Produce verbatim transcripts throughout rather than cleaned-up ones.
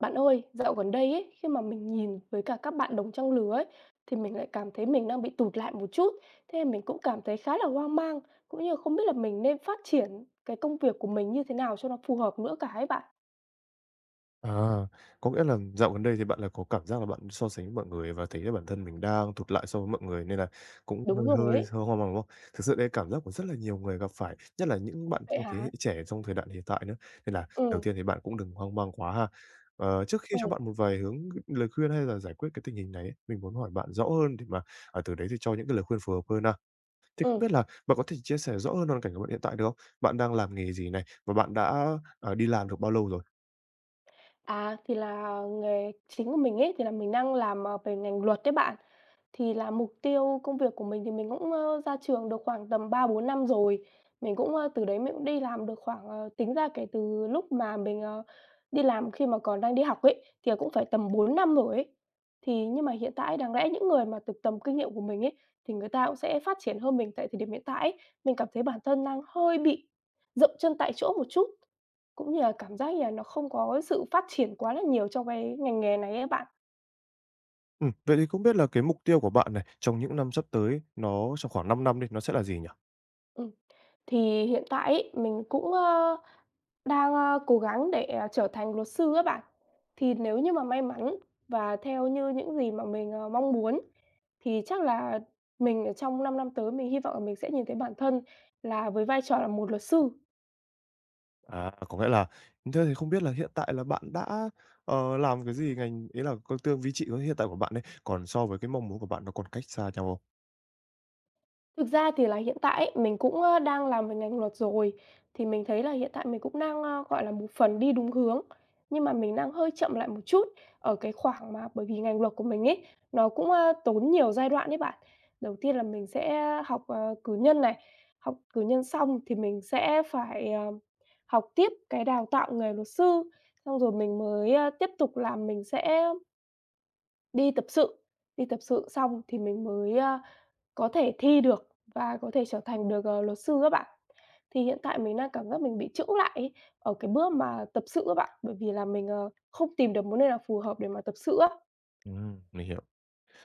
Bạn ơi, dạo gần đây ấy, khi mà mình nhìn với cả các bạn đồng trang lứa ấy, thì mình lại cảm thấy mình đang bị tụt lại một chút. Thế là mình cũng cảm thấy khá là hoang mang, cũng như không biết là mình nên phát triển cái công việc của mình như thế nào cho nó phù hợp nữa cả ấy bạn. À, có nghĩa là dạo gần đây thì bạn là có cảm giác là bạn so sánh với mọi người và thấy là bản thân mình đang tụt lại so với mọi người nên là cũng Đúng hơi rồi hơi ấy. so hoang mang, đúng không? Thực sự đấy cảm giác của rất là nhiều người gặp phải, nhất là những bạn Vậy trong thế hả? hệ trẻ trong thời đại hiện tại nữa. Nên là đầu Ừ, tiên thì bạn cũng đừng hoang mang quá ha. Ờ, trước khi ừ, cho bạn một vài hướng lời khuyên hay là giải quyết cái tình hình này ấy, mình muốn hỏi bạn rõ hơn để mà à, từ đấy thì cho những cái lời khuyên phù hợp hơn ha. Thì không ừ. biết là bạn có thể chia sẻ rõ hơn hoàn cảnh của bạn hiện tại được không? Bạn đang làm nghề gì này và bạn đã à, đi làm được bao lâu rồi? À, thì là nghề chính của mình ấy, thì là mình đang làm, ờ, về ngành luật đấy bạn. Thì là mục tiêu công việc của mình thì mình cũng, ơ, ra trường được khoảng tầm ba bốn năm rồi. Mình cũng, ơ, từ đấy mình cũng đi làm được khoảng, ờ tính ra kể từ lúc mà mình, ờ, đi làm khi mà còn đang đi học ấy, thì cũng phải tầm bốn năm rồi ấy. Thì nhưng mà hiện tại đáng lẽ những người mà từ tầm kinh nghiệm của mình ấy, thì người ta cũng sẽ phát triển hơn mình tại thời điểm hiện tại ấy. Mình cảm thấy bản thân đang hơi bị dậm chân tại chỗ một chút. Cũng như là cảm giác như là nó không có sự phát triển quá là nhiều trong cái ngành nghề này ấy bạn. Ừm, vậy thì không biết là cái mục tiêu của bạn này, trong những năm sắp tới nó trong khoảng 5 năm đi, nó sẽ là gì nhỉ? Ừm, thì hiện tại ấy, mình cũng, ơ, đang, ơ, cố gắng để, à, trở thành luật sư á bạn. Thì nếu như mà may mắn và theo như những gì mà mình, ờ, mong muốn thì chắc là mình ở trong 5 năm tới mình hy vọng là mình sẽ nhìn thấy bản thân là với vai trò là một luật sư. À, có nghĩa là thế thì không biết là hiện tại là bạn đã, ờ, làm cái gì ngành ấy là có tương vị trí của hiện tại của bạn đấy còn so với cái mong muốn của bạn nó còn cách xa nhau không? Thực ra thì là hiện tại ấy, mình cũng, ơ, đang làm về ngành luật rồi, thì mình thấy là hiện tại mình cũng đang, ơ, gọi là, một phần đi đúng hướng, nhưng mà mình đang hơi chậm lại một chút ở cái khoảng mà bởi vì ngành luật của mình ấy, nó cũng, ơ, tốn nhiều giai đoạn đấy bạn. Đầu tiên là mình sẽ học, ờ, cử nhân này, học cử nhân xong thì mình sẽ phải, ờ, học tiếp cái đào tạo nghề luật sư, xong rồi mình mới, ơ, tiếp tục làm mình sẽ đi tập sự, đi tập sự xong thì mình mới, có thể thi được và có thể trở thành được, ờ, luật sư các bạn. Thì hiện tại mình đang cảm giác mình bị chững lại ấy, ở cái bước mà tập sự các bạn, bởi vì là mình, ờ, không tìm được một nơi nào phù hợp để mà tập sự á. Ừm, mình hiểu.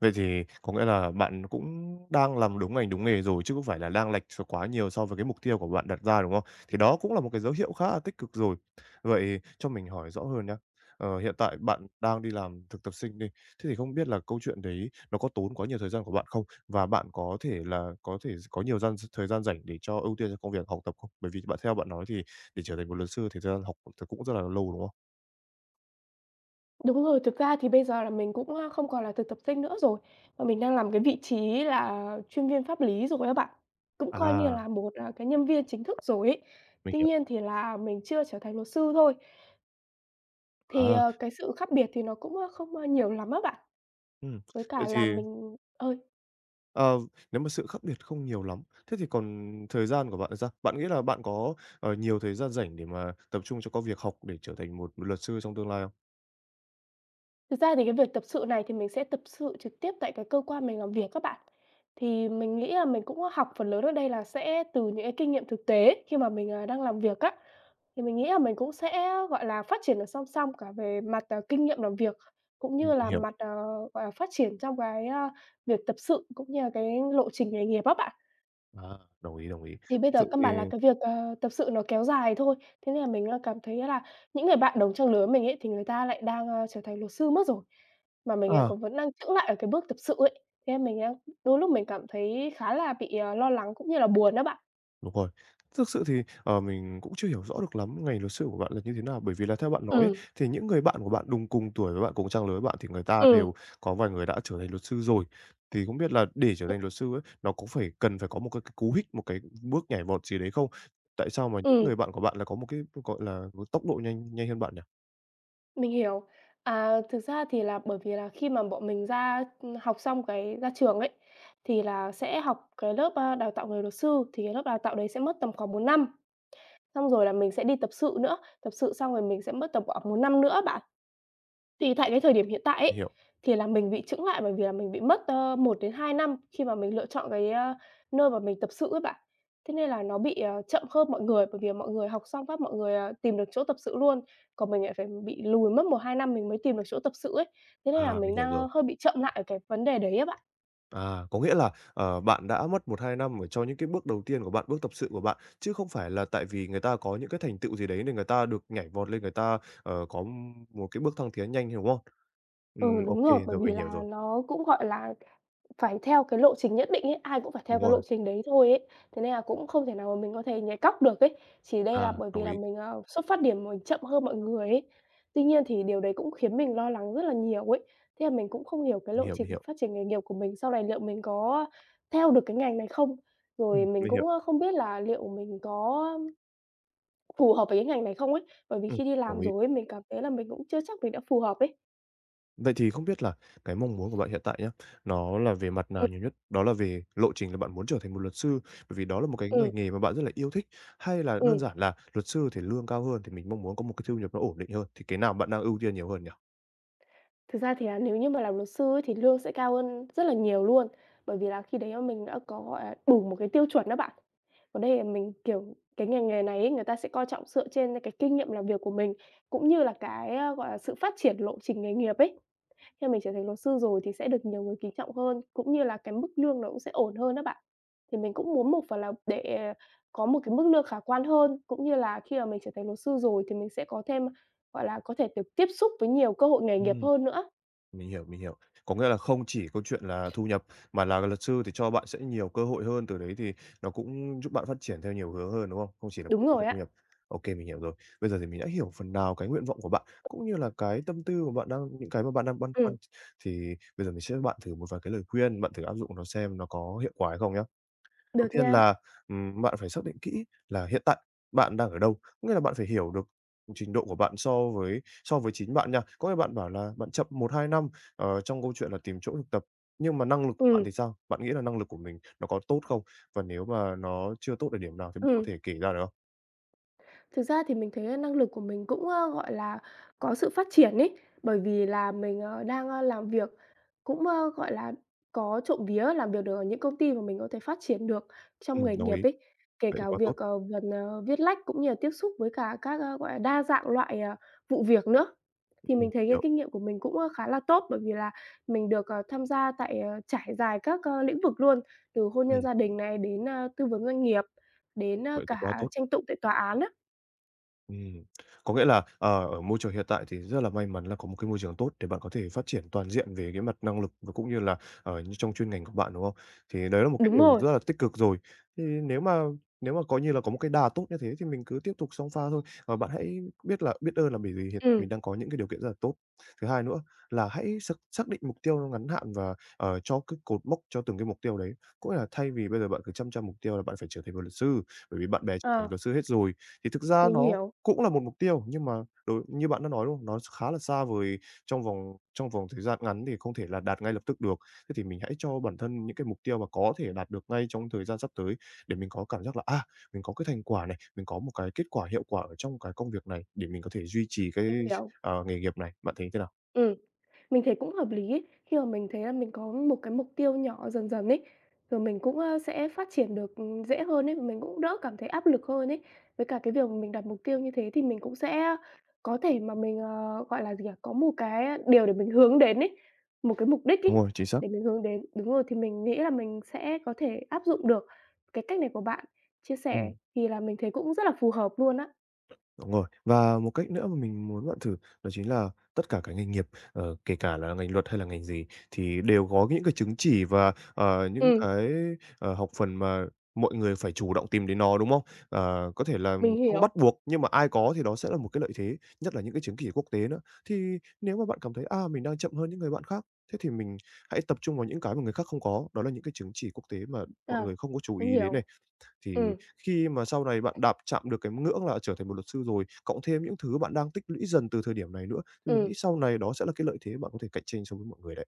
Vậy thì có nghĩa là bạn cũng đang làm đúng ngành, đúng nghề rồi chứ không phải là đang lệch s quá nhiều so với cái mục tiêu của bạn đặt ra, đúng không? Thì đó cũng là một cái dấu hiệu khá là tích cực rồi. Vậy cho mình hỏi rõ hơn nhá, ờ, hiện tại bạn đang đi làm thực tập sinh đi, thế thì không biết là câu chuyện đấy nó có tốn quá nhiều thời gian của bạn không? Và bạn có thể là có thể có nhiều gian thời gian rảnh để cho ưu tiên cho công việc học tập không? Bởi vì bạn theo bạn nói thì để trở thành một luật sư thì thời gian học thì cũng rất là lâu, đúng không? Đúng rồi, thực ra thì bây giờ là mình cũng, a, không còn là thực tập sinh nữa rồi, mà mình đang làm cái vị trí là chuyên viên pháp lý rồi các bạn, cũng coi như À, là một, à, cái nhân viên chính thức rồi ấy. mình Tuy hiểu. nhiên thì là mình chưa trở thành luật sư thôi. Thì, À, ờ, cái sự khác biệt thì nó cũng, a, không, a, nhiều lắm á bạn, ừm, với cả Vậy là thì mình ơi. Ờ, nếu mà sự khác biệt không nhiều lắm, thế thì còn thời gian của bạn thì sao? Bạn nghĩ là bạn có, ờ, nhiều thời gian rảnh để mà tập trung cho có việc học để trở thành một luật sư trong tương lai không? Thực ra thì cái việc tập sự này thì mình sẽ tập sự trực tiếp tại cái cơ quan mình làm việc các bạn. Thì mình nghĩ là mình cũng có học phần lớn ở đây là sẽ từ những cái kinh nghiệm thực tế khi mà mình, à, đang làm việc á. Thì mình nghĩ là mình cũng sẽ, gọi là, phát triển ở song song cả về mặt, à, kinh nghiệm làm việc, cũng Ừm, như mình là hiểu. mặt, ờ, gọi là, phát triển trong cái, a, việc tập sự cũng như là cái lộ trình nghề nghiệp á bạn. À, đồng ý, đồng ý. Thì bây Thực giờ sự căn thì bản là cái việc, ờ, tập sự nó kéo dài thôi, thế nên là mình đang cảm thấy là những người bạn đồng trang lứa mình ấy, thì người ta lại đang, ơ, trở thành luật sư mất rồi, mà mình lại à. còn vẫn đang chững lại ở cái bước tập sự ấy. Thế nên mình đang đôi lúc mình cảm thấy khá là bị, ờ, lo lắng cũng như là buồn á bạn. Đúng rồi. Thực sự thì, ờ, mình cũng chưa hiểu rõ được lắm ngành luật sư của bạn là như thế nào, bởi vì là theo bạn nói ấy, Ừm, thì những người bạn của bạn đùng cùng tuổi với bạn, cùng trang lứa với bạn thì người ta ừm, đều có vài người đã trở thành luật sư rồi. Thì không biết là để trở thành luật sư ấy, nó cũng phải cần phải có một cái cái cú hích, một cái bước nhảy vọt gì đấy không? Tại sao mà những ừm, người bạn của bạn là có một cái, gọi là, một tốc độ nhanh nhanh hơn bạn nhỉ? mình hiểu. À, thực ra thì là bởi vì là khi mà bọn mình ra, ừm, học xong cái ra trường ấy, thì là sẽ học cái lớp, a, đào tạo nghề luật sư, thì cái lớp đào tạo đấy sẽ mất tầm khoảng một năm. Xong rồi là mình sẽ đi tập sự nữa, tập sự xong rồi mình sẽ mất tầm khoảng một năm nữa bạn. Thì tại cái thời điểm hiện tại Mình ấy, hiểu. thì là mình bị chững lại bởi vì là mình bị mất, ờ, một đến hai năm khi mà mình lựa chọn cái, a, nơi mà mình tập sự ấy bạn. Thế nên là nó bị, ờ, chậm hơn mọi người, bởi vì mọi người học xong phát mọi người, à, tìm được chỗ tập sự luôn, còn mình lại phải bị lùi mất một hai năm mình mới tìm được chỗ tập sự ấy. Thế nên là À, mình mình hiểu đang, ơ, rồi. hơi bị chậm lại ở cái vấn đề đấy á bạn. À, có nghĩa là, ờ, bạn đã mất một hai năm ở cho những cái bước đầu tiên của bạn, bước tập sự của bạn, chứ không phải là tại vì người ta có những cái thành tựu gì đấy nên người ta được nhảy vọt lên, người ta, ờ, có một cái bước thăng tiến nhanh, đúng không? Ừ, Ừm, ô đúng rồi, bởi rồi vì mình hiểu là rồi. nó cũng, gọi là, phải theo cái lộ trình nhất định ấy, ai cũng phải theo Đúng cái rồi, lộ trình đấy thôi ấy, thế nên là cũng không thể nào mà mình có thể nhảy cóc được ấy. Chỉ đây à, là bởi đồng vì là ý, mình, ờ, xuất phát điểm mình chậm hơn mọi người ấy. Tuy nhiên thì điều đấy cũng khiến mình lo lắng rất là nhiều ấy, thế là mình cũng không hiểu cái mình lộ hiểu, mình trình hiểu. phát triển nghề nghiệp của mình sau này liệu mình có theo được cái ngành này không? Rồi Ừm, mình mình cũng, hiểu, ơ, không biết là liệu mình có phù hợp với cái ngành này không ấy, bởi vì ừm, khi đi đồng làm ý. rồi ấy, mình cảm thấy là mình cũng chưa chắc mình đã phù hợp ấy. Vậy thì không biết là cái mong muốn của bạn hiện tại nhé nó là về mặt Ừm, nào nhiều nhất? Đó là về lộ trình là bạn muốn trở thành một luật sư, bởi vì đó là một cái ừm, ngành nghề mà bạn rất là yêu thích, hay là đơn ừm. giản là luật sư thì lương cao hơn thì mình mong muốn có một cái thu nhập nó ổn định hơn, thì cái nào bạn đang ưu tiên nhiều hơn nhỉ? Thực ra thì là nếu như mà làm luật sư ấy thì lương sẽ cao hơn rất là nhiều luôn, bởi vì là khi đấy mà mình đã có, gọi là, đủ một cái tiêu chuẩn đó bạn. Còn đây là mình, kiểu, cái ngành nghề này ấy, người ta sẽ coi trọng dựa trên cái kinh nghiệm làm việc của mình, cũng như là cái, a, gọi là, sự phát triển lộ trình nghề nghiệp ấy. Khi mà mình trở thành luật sư rồi thì sẽ được nhiều người kính trọng hơn, cũng như là cái mức lương nó cũng sẽ ổn hơn á bạn. Thì mình cũng muốn một phần là để có một cái mức lương khả quan hơn, cũng như là khi mà mình trở thành luật sư rồi thì mình sẽ có thêm, gọi là, có thể được tiếp xúc với nhiều cơ hội nghề Ừ. nghiệp hơn nữa. Mình hiểu, mình hiểu. Có nghĩa là không chỉ câu chuyện là thu nhập, mà là luật sư thì cho bạn sẽ nhiều cơ hội hơn, từ đấy thì nó cũng giúp bạn phát triển theo nhiều hướng hơn, đúng không? Không chỉ là Đúng mỗi câu rồi chuyện thu á. nhập. ok mình hiểu rồi. Bây giờ thì mình đã hiểu phần nào cái nguyện vọng của bạn, cũng như là cái tâm tư của bạn đang những cái mà bạn đang băn Ừm, khoăn. Thì bây giờ mình sẽ cho bạn thử một vài cái lời khuyên, bạn thử áp dụng nó xem nó có hiệu quả hay không nhá. Đầu được tiên nha. là, ừm, bạn phải xác định kỹ là hiện tại bạn đang ở đâu, có nghĩa là bạn phải hiểu được trình độ của bạn so với so với chính bạn nha. Có nghĩa bạn bảo là bạn chậm một hai năm, ờ, trong câu chuyện là tìm chỗ thực tập, nhưng mà năng lực của bạn Ừm, thì sao? Bạn nghĩ là năng lực của mình nó có tốt không? Và nếu mà nó chưa tốt ở điểm nào thì bạn có ừm. thể kể ra được không? Thực ra thì mình thấy, a, năng lực của mình cũng, ơ, gọi là, có sự phát triển ấy, bởi vì là mình, ờ, đang, ơ, làm việc cũng, ơ, gọi là, có trộm vía làm việc được ở những công ty mà mình có thể phát triển được trong Ừm, nghề đồng nghiệp ý, ấy. Kể vậy thì cả quá tốt. việc, ờ, vần, ờ, viết lách cũng như là tiếp xúc với cả các, ơ, gọi là, đa dạng loại, ờ, vụ việc nữa. Thì mình Ừm, thấy cái hiểu. kinh nghiệm của mình cũng, ơ, khá là tốt bởi vì là mình được, ờ, tham gia tại, ờ, trải dài các, ơ, lĩnh vực luôn, từ hôn nhân Ừm, gia đình này đến, a, tư vấn doanh nghiệp, đến, a, vậy thì quá cả tốt. tranh tụng tại tòa án á. Ừm, có nghĩa là, ờ, ở môi trường hiện tại thì rất là may mắn là có một cái môi trường tốt để bạn có thể phát triển toàn diện về cái mặt năng lực và cũng như là, ở như trong chuyên ngành của bạn, đúng không? Thì đấy là một cái Đúng điều rồi, rất là tích cực rồi. Thì nếu mà nếu mà coi như là có một cái đà tốt như thế thì mình cứ tiếp tục song pha thôi. Và bạn hãy biết là biết ơn là bởi vì hiện tại ừm, mình đang có những cái điều kiện rất là tốt. Thứ hai nữa là hãy xác xác định mục tiêu nó ngắn hạn và, ờ, cho cái cột mốc cho từng cái mục tiêu đấy. Cũng là thay vì bây giờ bạn cứ chăm chăm mục tiêu là bạn phải trở thành một luật sư, bởi vì bạn bè trở ờ, thành luật sư hết rồi, thì thực ra mình nó hiểu, cũng là một mục tiêu, nhưng mà đối như bạn đã nói, đúng không? Nó khá là xa vời, trong vòng trong vòng thời gian ngắn thì không thể là đạt ngay lập tức được. Thế thì mình hãy cho bản thân những cái mục tiêu mà có thể đạt được ngay trong thời gian sắp tới để mình có cảm giác là, à, mình có cái thành quả này, mình có một cái kết quả hiệu quả ở trong cái công việc này để mình có thể duy trì cái mình hiểu. ờ, nghề nghiệp này. Bạn thấy thế nào? Ừm, mình thấy cũng hợp lý ấy, khi mà mình thấy là mình có một cái mục tiêu nhỏ dần dần ấy, rồi mình cũng, ơ, sẽ phát triển được, ừm, dễ hơn ấy, mình cũng đỡ cảm thấy áp lực hơn ấy. Với cả cái việc mình đặt mục tiêu như thế thì mình cũng sẽ có thể mà mình, ờ, gọi là gì nhỉ, có một cái điều để mình hướng đến ấy, một cái mục đích Đúng ấy, rồi, chính xác. để mình hướng đến. Đúng rồi, thì mình nghĩ là mình sẽ có thể áp dụng được cái cách này của bạn chia sẻ Ừm. thì là mình thấy cũng rất là phù hợp luôn á. Đúng rồi. Và một cách nữa mà mình muốn bạn thử đó chính là tất cả các ngành nghiệp, ờ, kể cả là ngành luật hay là ngành gì thì đều có những cái chứng chỉ và, ờ, những Ừm, cái, ờ, học phần mà mọi người phải chủ động tìm đến nó, đúng không? Ờ, có thể là mình không hiểu. bắt buộc nhưng mà ai có thì đó sẽ là một cái lợi thế, nhất là những cái chứng chỉ quốc tế nữa. Thì nếu mà bạn cảm thấy, à, mình đang chậm hơn những người bạn khác, thế thì mình hãy tập trung vào những cái mà người khác không có, đó là những cái chứng chỉ quốc tế mà mọi Ờ, người không có chú mình ý đến này, hiểu. thì Ừ, khi mà sau này bạn đạp chạm được cái ngưỡng là trở thành một luật sư rồi, cộng thêm những thứ bạn đang tích lũy dần từ thời điểm này nữa, thì mình nghĩ ừ sau này đó sẽ là cái lợi thế bạn có thể cạnh tranh so với mọi người đấy.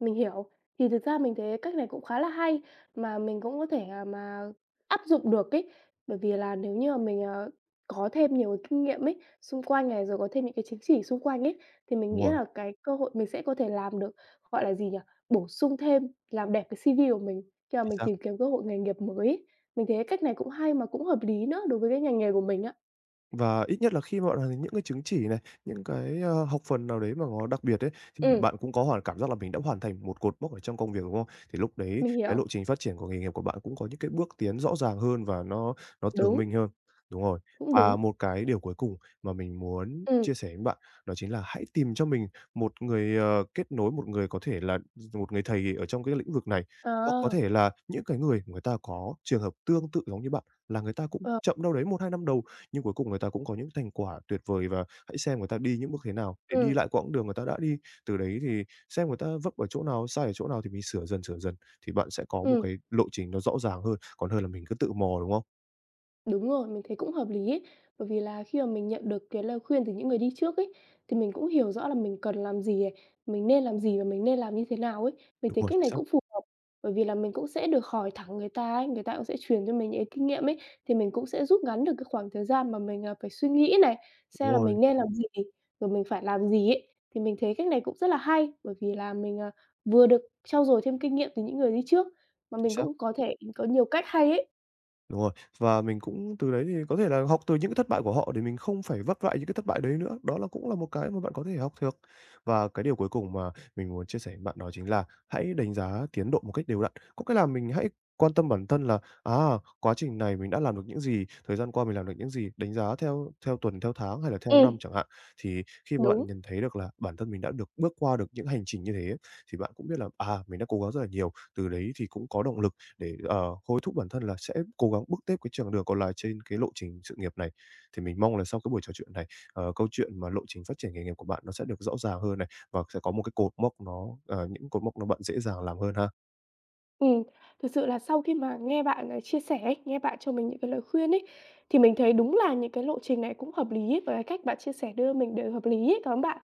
mình hiểu. Thì thực ra mình thấy cách này cũng khá là hay, mà mình cũng có thể, à, mà áp dụng được ấy. Bởi vì là nếu như mà mình, ờ, có thêm nhiều cái kinh nghiệm ấy, xung quanh này, rồi có thêm những cái chứng chỉ xung quanh ấy, thì mình Đúng nghĩ rồi, là cái cơ hội mình sẽ có thể làm được, gọi là gì nhỉ, bổ sung thêm, làm đẹp cái si vi của mình khi mà chính mình xác. tìm kiếm cơ hội nghề nghiệp mới ấy. Mình thấy cách này cũng hay mà cũng hợp lý nữa đối với cái ngành nghề của mình á. Và ít nhất là khi mà bạn hoàn thành những cái chứng chỉ này, những cái, ơ, học phần nào đấy mà nó đặc biệt ấy, thì Ừ bạn cũng có hoàn cảm giác là mình đã hoàn thành một cột mốc ở trong công việc, đúng không? Thì lúc đấy mình cái lộ hiểu. trình phát triển của nghề nghiệp của bạn cũng có những cái bước tiến rõ ràng hơn và nó nó tường Đúng, minh hơn. Đúng rồi. cũng đúng. Và một cái điều cuối cùng mà mình muốn Ừ chia sẻ với bạn đó chính là hãy tìm cho mình một người, ờ, kết nối, một người có thể là một người thầy ở trong cái lĩnh vực này, ờ, hoặc có thể là những cái người người ta có trường hợp tương tự giống như bạn, là người ta cũng ờ. chậm đâu đấy một hai năm đầu nhưng cuối cùng người ta cũng có những thành quả tuyệt vời và hãy xem người ta đi những bước thế nào để đi Ừ, lại quãng đường người ta đã đi. Từ đấy thì xem người ta vấp ở chỗ nào, sai ở chỗ nào thì mình sửa dần, sửa dần, thì bạn sẽ có một ừm, cái lộ trình nó rõ ràng hơn, còn hơn là mình cứ tự mò, đúng không? đúng rồi, mình thấy cũng hợp lý ấy. Bởi vì là khi mà mình nhận được cái lời khuyên từ những người đi trước ấy, thì mình cũng hiểu rõ là mình cần làm gì này, mình nên làm gì và mình nên làm như thế nào ấy. Mình Đúng thấy rồi, cách chính này xác. cũng phù hợp, bởi vì là mình cũng sẽ được hỏi thẳng người ta ấy, người ta cũng sẽ truyền cho mình những cái kinh nghiệm ấy, thì mình cũng sẽ rút ngắn được cái khoảng thời gian mà mình, à, phải suy nghĩ này, xem Đúng là rồi, mình nên làm gì, rồi mình phải làm gì ấy. Thì mình thấy cách này cũng rất là hay, bởi vì là mình, à, vừa được trau dồi thêm kinh nghiệm từ những người đi trước, mà chính mình xác. cũng có thể có nhiều cách hay ấy. Đúng rồi, và mình cũng từ đấy thì có thể là học từ những cái thất bại của họ để mình không phải vấp phải những cái thất bại đấy nữa. Đó là cũng là một cái mà bạn có thể học được. Và cái điều cuối cùng mà mình muốn chia sẻ với bạn đó chính là hãy đánh giá tiến độ một cách đều đặn. Có nghĩa là mình hãy quan tâm bản thân là, à, quá trình này mình đã làm được những gì, thời gian qua mình làm được những gì, đánh giá theo theo tuần, theo tháng hay là theo Ừ. năm chẳng hạn. Thì khi mà Đúng, bạn nhìn thấy được là bản thân mình đã được bước qua được những hành trình như thế ấy, thì bạn cũng biết là, à, mình đã cố gắng rất là nhiều, từ đấy thì cũng có động lực để, ờ, hối thúc bản thân là sẽ cố gắng bước tiếp cái chặng đường còn lại trên cái lộ trình sự nghiệp này. Thì mình mong là sau cái buổi trò chuyện này, ờ, câu chuyện mà lộ trình phát triển nghề nghiệp của bạn nó sẽ được rõ ràng hơn này, và sẽ có một cái cột mốc nó ờ, những cột mốc nó bạn dễ dàng làm hơn ha. ừm, thực sự là sau khi mà nghe bạn, à, chia sẻ ấy, nghe bạn cho mình những cái lời khuyên ấy, thì mình thấy đúng là những cái lộ trình này cũng hợp lý ấy, và cái cách bạn chia sẻ đưa mình đều hợp lý ấy, cảm ơn bạn?